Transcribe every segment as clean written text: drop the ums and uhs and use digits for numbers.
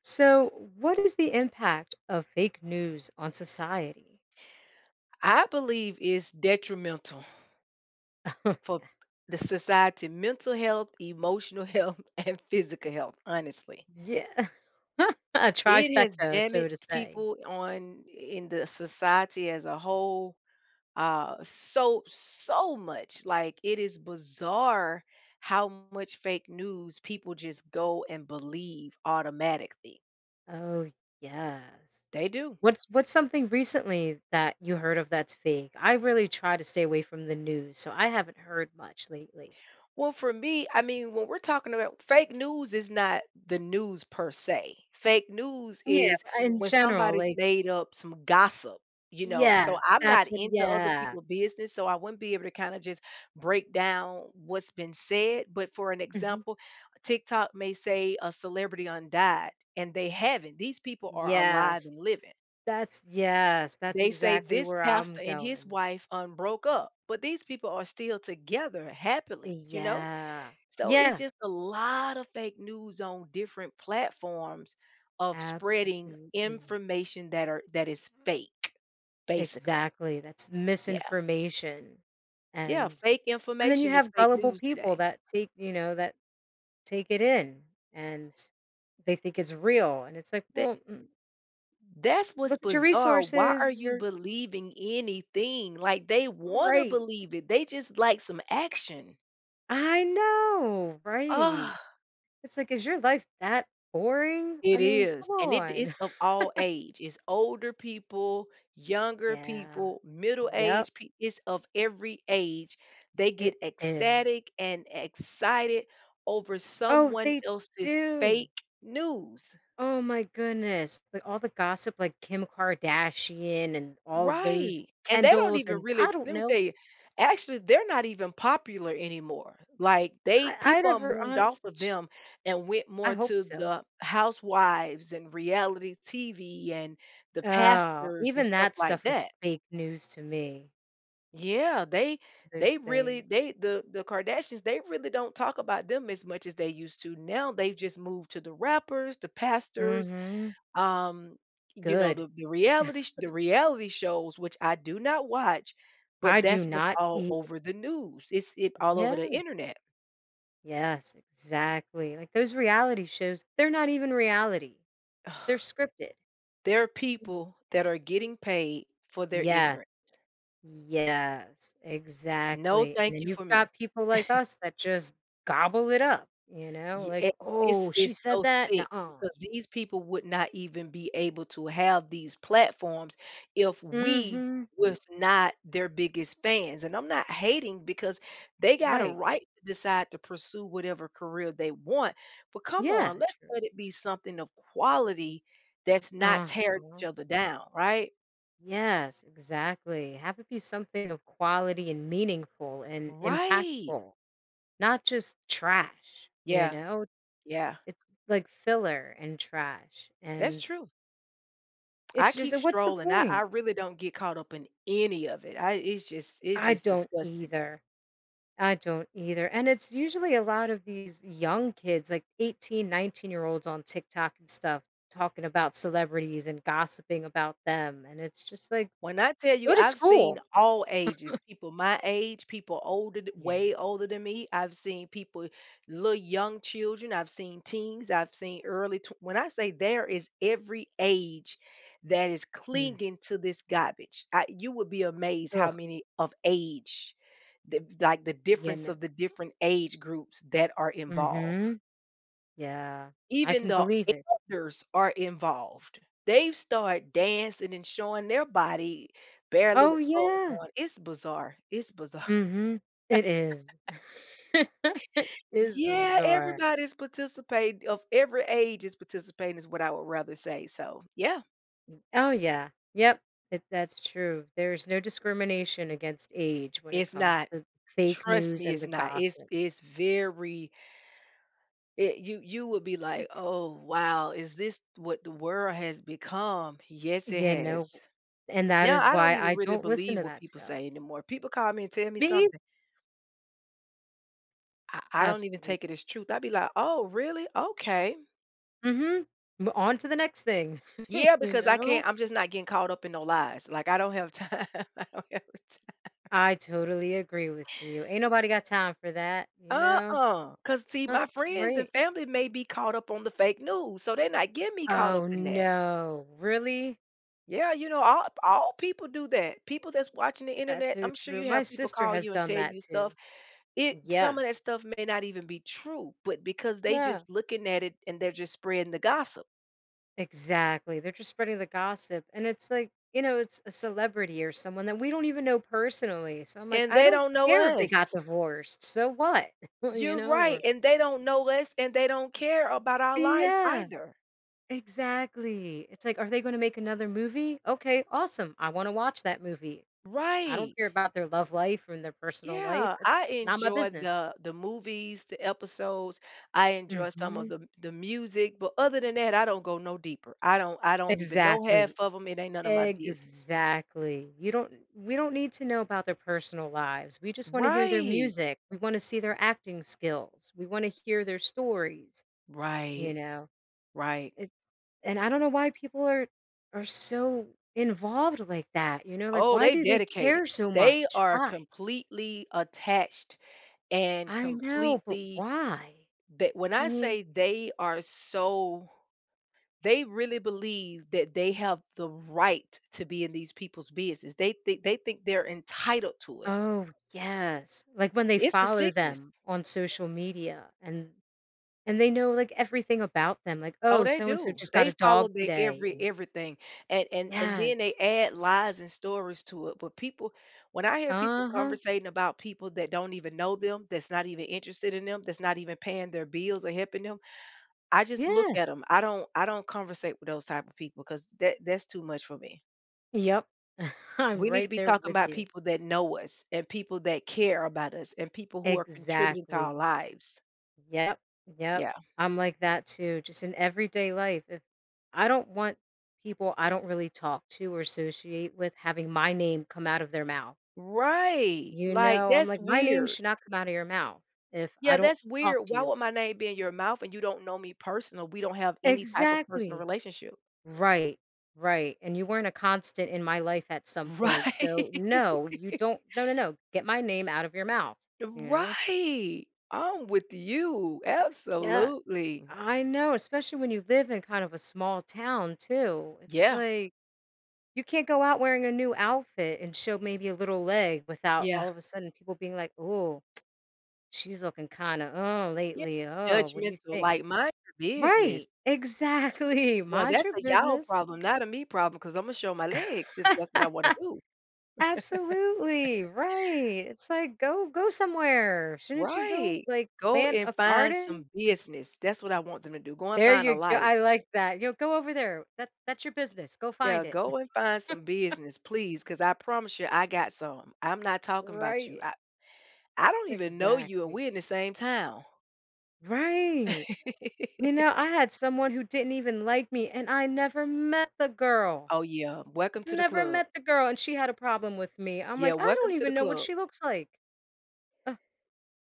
So, what is the impact of fake news on society? I believe it's detrimental Oh, for the society mental health, emotional health, and physical health, honestly. yeah. Yeah. A It has trifecta, so to damaged say. people on in the society as a whole so much. Like it is bizarre how much fake news people just go and believe automatically. Oh, yes. They do. What's something recently that you heard of that's fake? I really try to stay away from the news, so I haven't heard much lately. Well, for me, I mean, when we're talking about fake news is not the news per se. Fake news Yeah, is but in when general, somebody's like made up some gossip, So yes, I'm that's not what into other yeah. people's business, so I wouldn't be able to kind of just break down what's been said. But for an Mhm. example, TikTok may say a celebrity undied, and they haven't. These people are alive Yes. and living. That's Yes, that's They say exactly this where I'm pastor and his going. wife unbroke up, but these people are still together happily, you know? Yeah. So it's Yeah. just a lot of fake news on different platforms of spreading Absolutely. information that is fake, basically. Exactly, that's Yeah. misinformation, Yeah. and Fake and then you information is have fake gullible news people today. that that take it in, and they think it's real, and it's like, That "Well, that's what's look at your bizarre. Why are resources, you you're." believing anything? Like they want to Right. believe it. They just like some action. I know, right? Oh, It's like, "Is your life that boring?" I it mean, is, come and it is on. of all age. It's older people, younger Yeah. people, middle Yep, age. Peo It's of every age. They get it is. ecstatic and excited over Oh, someone they else's do. fake news. Oh my goodness. Like all the gossip, like Kim Kardashian and all those Right, and they don't Kendalls, even and I really don't let me know. tell you, actually, they're not even popular anymore. Like, they I people have never, moved honest. off of them and went I more hope to so. the housewives and reality TV and the Oh, pastors and even stuff that like stuff is that. fake news to me. Yeah, they Those they really things. they the Kardashians, they really don't talk about them as much as they used to. Now they've just moved to the rappers, the pastors, Mm-hmm. um, you know, Good. The reality sh the reality shows, which I do not watch, I but do that's what's not all even. over the news. It's it all over Yeah. the internet. Yes, exactly. Like those reality shows, they're not even reality. They're scripted. There are people that are getting paid for their Yes. ignorance. Yes, No, exactly, and thank then you you've for me. got people like us that just gobble it up, you know, Ye like, eh, "Oh, this is she said so that? No, sick mm." because these people would not even be able to have these platforms if we Mhm. was not their biggest fans, and I'm not hating because they got a Right. right to decide to pursue whatever career they want, but come on, Yeah, let's true. let it be something of quality that's not tearing each Uh-huh. other down, right? Yes, exactly. Have it be something of quality and meaningful and Right. impactful, not just trash, you Yeah, know? yeah, It's like filler and trash, that's and true. I it's just keep what's the strolling. I point? really don't get caught up in any of it. I It's just it's I just don't disgusting. either. I don't either. And it's usually a lot of these young kids, like 18, 19 year olds on TikTok and stuff, talking about celebrities and gossiping about them. And it's just like, When I tell you go to I've seen school. all ages, people my age, people older, Yeah. way older than me. I've seen people, little young children. I've seen teens. I've seen early. When I say there is every age that is Mm. clinging to this garbage, you would be amazed how Ugh. many of age, like the Yeah. difference No. of the different age groups that are involved. Mm-hmm. Yeah. I Even can the believe it. elders are involved. They've started dancing and showing their body barely Oh, with clothes yeah. on. It's bizarre. It's bizarre. Mm-hmm. It is. It is Yeah, bizarre. everybody's participating of every age is participating is what I would rather say. So yeah, Oh, yeah. Yep. That's true. There's no discrimination against age when it it's comes not. to fake Trust news me, and it's the not. It's gossip. it's very you you would be like, It's, oh wow, is this what the world has become? Yes, it you know, has. and that Now is I don't why even I really don't listen believe to what that people stuff. say anymore. People call me and tell me Me? something. I don't even Absolutely. take it as truth. I'd be like, "Oh, really? Okay." Mm hmm. On to the next thing. Yeah, You because I know? can't I'm just not getting caught up in no lies. Like, I don't have time. I don't have time. I totally agree with you. Ain't nobody got time for that, you know? Uh-uh. Because see, Uh, my friends and right. family may be caught up on the fake news, so they're not getting me caught Oh, up in that. no. Really? Yeah, you know, all people do that. People that's watching the That's internet, so I'm sure true. you My have people sister call has you and done tell that you stuff. too. It some Yeah. of that stuff may not even be true, but because they No. just looking at it and they're just spreading the gossip, Exactly. They're just spreading the gossip. And it's like, it's a celebrity or someone that we don't even know personally. So I'm like, and I they don't don't know care if they got us. divorced. So what? you You're know, right, or and they don't know us, and they don't care about our lives Yeah, either. exactly. It's like, are they going to make another movie? Okay, awesome. I want to watch that movie. I don't Right. care about their love life and their personal life. Yeah, It's I not my enjoy business. The movies, the episodes. I enjoy some of Hmm. The music, but other than that, I don't go no deeper. I don't even know half Exactly. of them. It ain't none of my business. Exactly. You don't We don't need to know about their personal lives. We just want to hear their Right. music. We want to see their acting skills. We want to hear their stories, you Right. know. Right. It's And I don't know why people are so involved like that, you know? Like Oh, why they do they dedicated. care so They much? are Why? completely attached and I know, but completely why? that when I I mean, say they are so They really believe that they have the right to be in these people's business. They think they're entitled to it. oh, yes. Like when they It's a follow sickness. them on social media, and they know, like, everything about them, like, Oh, "Oh, they so and so do. just got They a follow dog their today," and. everything. And then they Yes. add lies and stories to it. But people, when I hear people Uh-huh. conversating about people that don't even know them, that's not even interested in them, that's not even paying their bills or helping them, I just look Yeah. at them. I don't conversate with those type of people because that's too much for me. Yep. I'm We need to right be there talking with about you. people that know us and people that care about us and people who are contributing to our Exactly. lives. Yep, yep. Yeah. I'm like that too, just in everyday life. If I don't want people I don't really talk to or associate with having my name come out of their mouth. Right. You Like, know, I'm that's like, "My name weird. should not come out of your mouth if I Yeah, don't that's talk weird. to Why you." would my name be in your mouth and you don't know me personal? We don't have any type of personal Exactly. relationship. Right, right, and you weren't a constant in my life at some point, Right. so no, you don't no, no, no, get my name out of your mouth, you know? Right. I'm with you. Yeah, Absolutely. I know, especially when you live in kind of a small town too, it's Yeah. like, you can't go out wearing a new outfit and show maybe a little leg without Yeah. all of a sudden people being like, "Oh, she's looking kinda, oh Yeah. lately, oh, what do you Judgmental. think?" Like, mind your Right, business. exactly. Yeah, Mind that's your a y'all business. problem, not a me problem. Because I 'Cause Imma show my legs if that's what I wanna do. Absolutely, right. It's like, go somewhere. Shouldn't you go, Right. like, Go plant and a find garden? some business. That's what I want them to do. Go and There find a you go. life. I like that. Yo, go over there. That's your business. Go find Yeah, it. go and find some business, please. Cause I promise you I got some. I'm not talking about you. Right. I don't even know you, and Exactly. we're in the same town. Right. You know, I had someone who didn't even like me, and I never met the girl. Oh, yeah. Welcome to the Never club. met the girl, and she had a problem with me. I'm Yeah, like, "I don't welcome to the even know what club. she looks like." Ugh.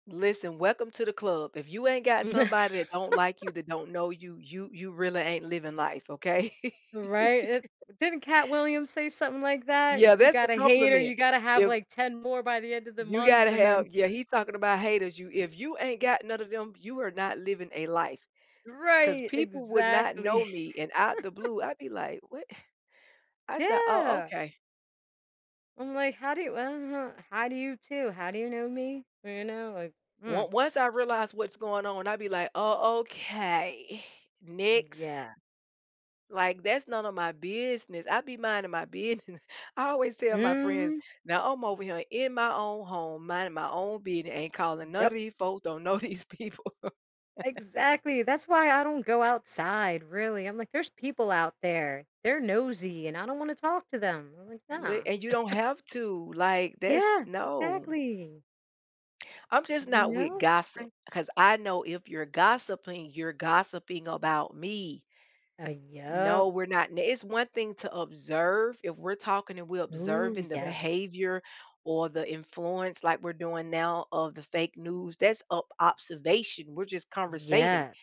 Listen, welcome to the club. If you ain't got somebody that don't like you, that don't know you, you really ain't living life, okay? Right? It Didn't Cat Williams say something like that? Yeah, If you that's a got a hater, compliment. you gotta have If like 10 more by the end of the you month, gotta and then. have yeah, he talking about haters. You if you ain't got none of them, you are not living a life. Cause Right, people would not know exactly. me, and out the blue, I'd be like, "What?" I said, "Oh, Yeah. okay." I'm like, how do you too? How do you know me? You know, like, mm, Once I realize what's going on, I'd be like, "Oh, okay, next." yeah. Like that's none of my business. I be minding my business. I always tell my friends, Mhm. "Now I'm over here in my own home, minding my own business, ain't calling none of Yep. these folks. Don't know these people." Exactly. That's why I don't go outside, really. I'm like, there's people out there. They're nosy and I don't want to talk to them. I'm like, Li nah. And you don't have to, like, that's Yeah, no. exactly. I'm just You not with know? gossip I because I know if you're gossiping, you're gossiping about me. Yep. No, we're not n It's one thing to observe. If we're talking and we're Oh observing the yes. behavior or the influence like we're doing now of the fake news, that's up observation. We're just conversating. Yes.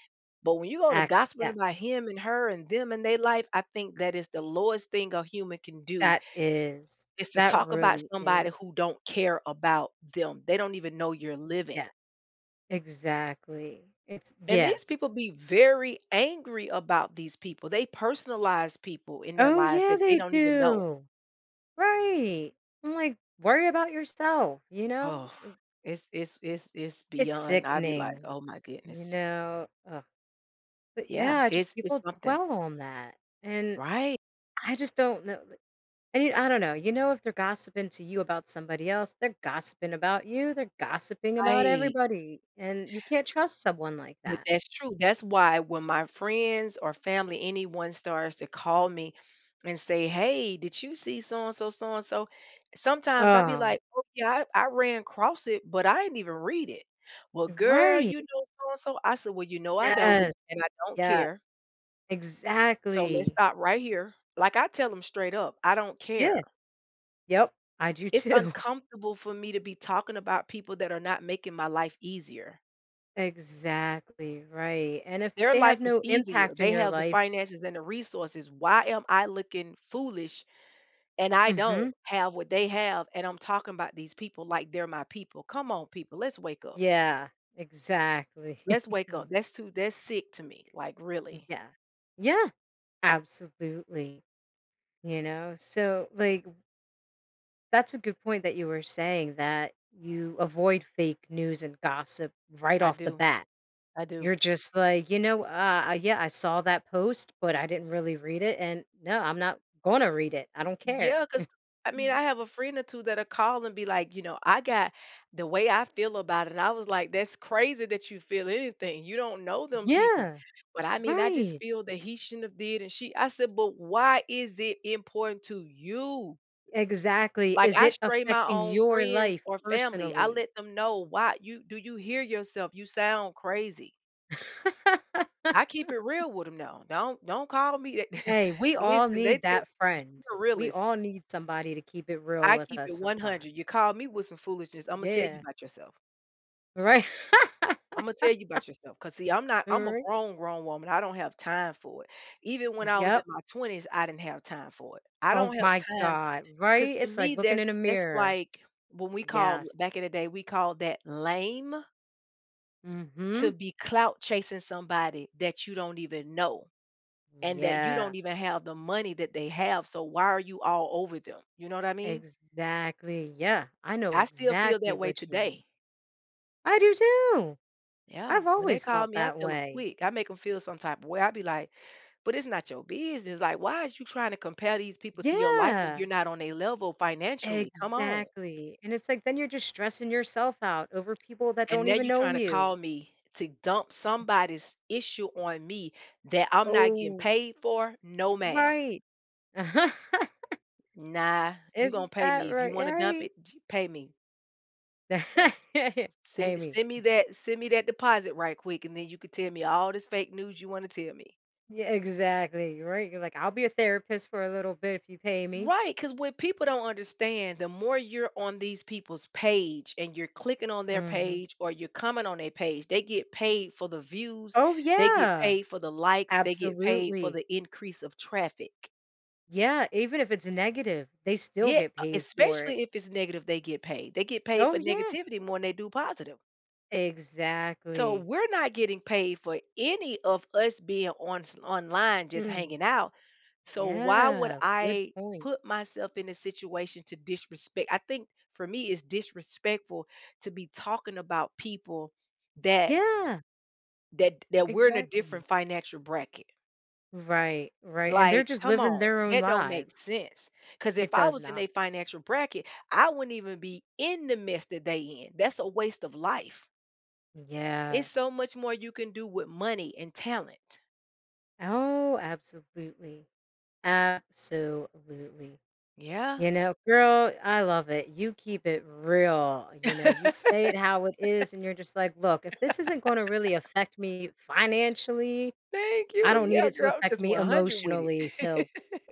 But when you go to Ac gossiping Yes. about him and her and them and their life, I think that is the lowest thing a human can do. That is Is to that talk about really somebody is. who don't care about them. They don't even know you're living. Yeah. Exactly. It's And Yeah. these people be very angry about these people. They personalize people in their Oh, lives yeah, that they they don't even know. do. Right. I'm like, "Worry about yourself," you know? Oh, It it's it's beyond. I'd be like, sickening, "Oh my you goodness." know? Ugh, but Yeah, yeah, just it's people something. dwell on that, and Right. I just don't know. I mean, I don't know. You know, if they're gossiping to you about somebody else, they're gossiping about you. They're gossiping about Right. everybody, and you can't trust someone like But that. that's true. That's why when my friends or family, anyone starts to call me and say, "Hey, did you see so and so, so and so?" Sometimes I'd be Oh, like, "Oh yeah, I ran across it, but I didn't even read it." Well, girl, right. you know so and so. I said, "Well, you know I don't, Yes. and I don't Yeah. care. So let's Exactly. stop right here." Like I tell them straight up, I don't Yeah. care. Yep. I do It's too. uncomfortable for me to be talking about people that are not making my life easier. Exactly. Right. And if Their they have life is no easier. impact in They your have the life. finances and the resources. Why am I looking foolish and I Hmm. don't have what they have? And I'm talking about these people like they're my people. Come on, people. Let's wake up. Yeah. Exactly. Let's wake up. That's sick to me. Like really. Yeah. Yeah. Absolutely. You know, that's a good point that you were saying that you avoid fake news and gossip right I off the do. bat. I do. You're just like, yeah, I saw that post, but I didn't really read it. And no, I'm not going to read it. I don't care. Yeah, cause I mean, Yeah. I have a friend or two that are call and be like, you know, I got the way I feel about it. And I was like, that's crazy that you feel anything. You don't know them people. Yeah, But I mean, I just right. feel that he shouldn't have did. And she, I said, but why is it important to you? Exactly. Like Is I it stray my affecting own your friends life or family. I personally? let them know why you do you hear yourself? You sound crazy. I keep it real with them now. Don't call me. Hey, we all Listen, they need tell that me friend. you're a We realist. all need somebody to keep it real I with keep us it 100. You sometimes. call me with some foolishness, Imma tell you Yeah, about yourself. right. Imma tell you about yourself. Cause see, I'm not I'm a Right. grown, grown woman, I don't have time for it. Even when I was in Yep. my 20s, I didn't have time for it. I Oh don't have my time. god, Cause right? to It's me, like looking in a that's mirror. like when we call Yes. back in the day, we called that lame Mm. to Mhm. be clout chasing somebody that you don't even know and that you Yeah. don't even have the money that they have, so why are you all over them? You know what I mean? Exactly. Yeah. I know I still feel exactly that way what you mean. today. I do too. Yeah, I've when they always call felt me, I that tell them way. quick. I make them feel some type of way. I be like, but it's not your business. Like, why is you trying to compare these people to your life when Yeah. you're not on a level financially? Come on. Exactly. And it's like then you're just stressing yourself out over people that And don't now even you're know trying to call you. me to dump somebody's issue on me that I'm not getting Oh, paid for. No, ma'am. right. Nah, you gonna Isn't pay that me if you want to dump right? it. Pay me. That's, Right. Pay me. send me that deposit right quick, and then you can tell me all this fake news you want to tell me. Yeah, exactly, right? You're like, "I'll be a therapist for a little bit if you pay me." Right, because what people don't understand, the more you're on these people's page and you're clicking on their Mhm. page or you're coming on their page, they get paid for the views, Oh, they get yeah. paid for the likes, they get paid for Absolutely. the increase of traffic. Yeah, even if it's negative, they still Yeah, get paid for it. especially if it's negative, they get paid. They get paid Oh, for yeah. negativity more than they do positive. So Exactly. we're not getting paid for any of us being on online just Mm, hanging out. So why would yeah, good I point. put myself in a situation to disrespect? I think for me it's disrespectful to be talking about people that Yeah, that we're in a exactly. different financial bracket. Right, right, and they're Like, just come living on, their own that don't lives. make sense. Cause It if I does was in not. a financial bracket, I wouldn't even be in the mess that they in. That's a waste of life. It's so Yes. much more you can do with money and talent. Oh, absolutely. Absolutely. Yeah. You know, girl, I love it. You keep it real. You know, you say it how it is, and you're just like, look, if this isn't going to really affect me financially, Thank I you. don't need Yeah, it to girl, I'm affect just me 100 with emotionally. So it.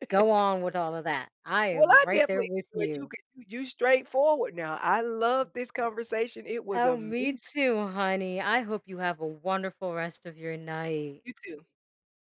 go on with all of that. I Well, am I right there definitely with enjoyed you you. 'cause you straightforward now. I love this conversation. It was Oh, me amazing. too, honey. I hope you have a wonderful rest of your night. You too.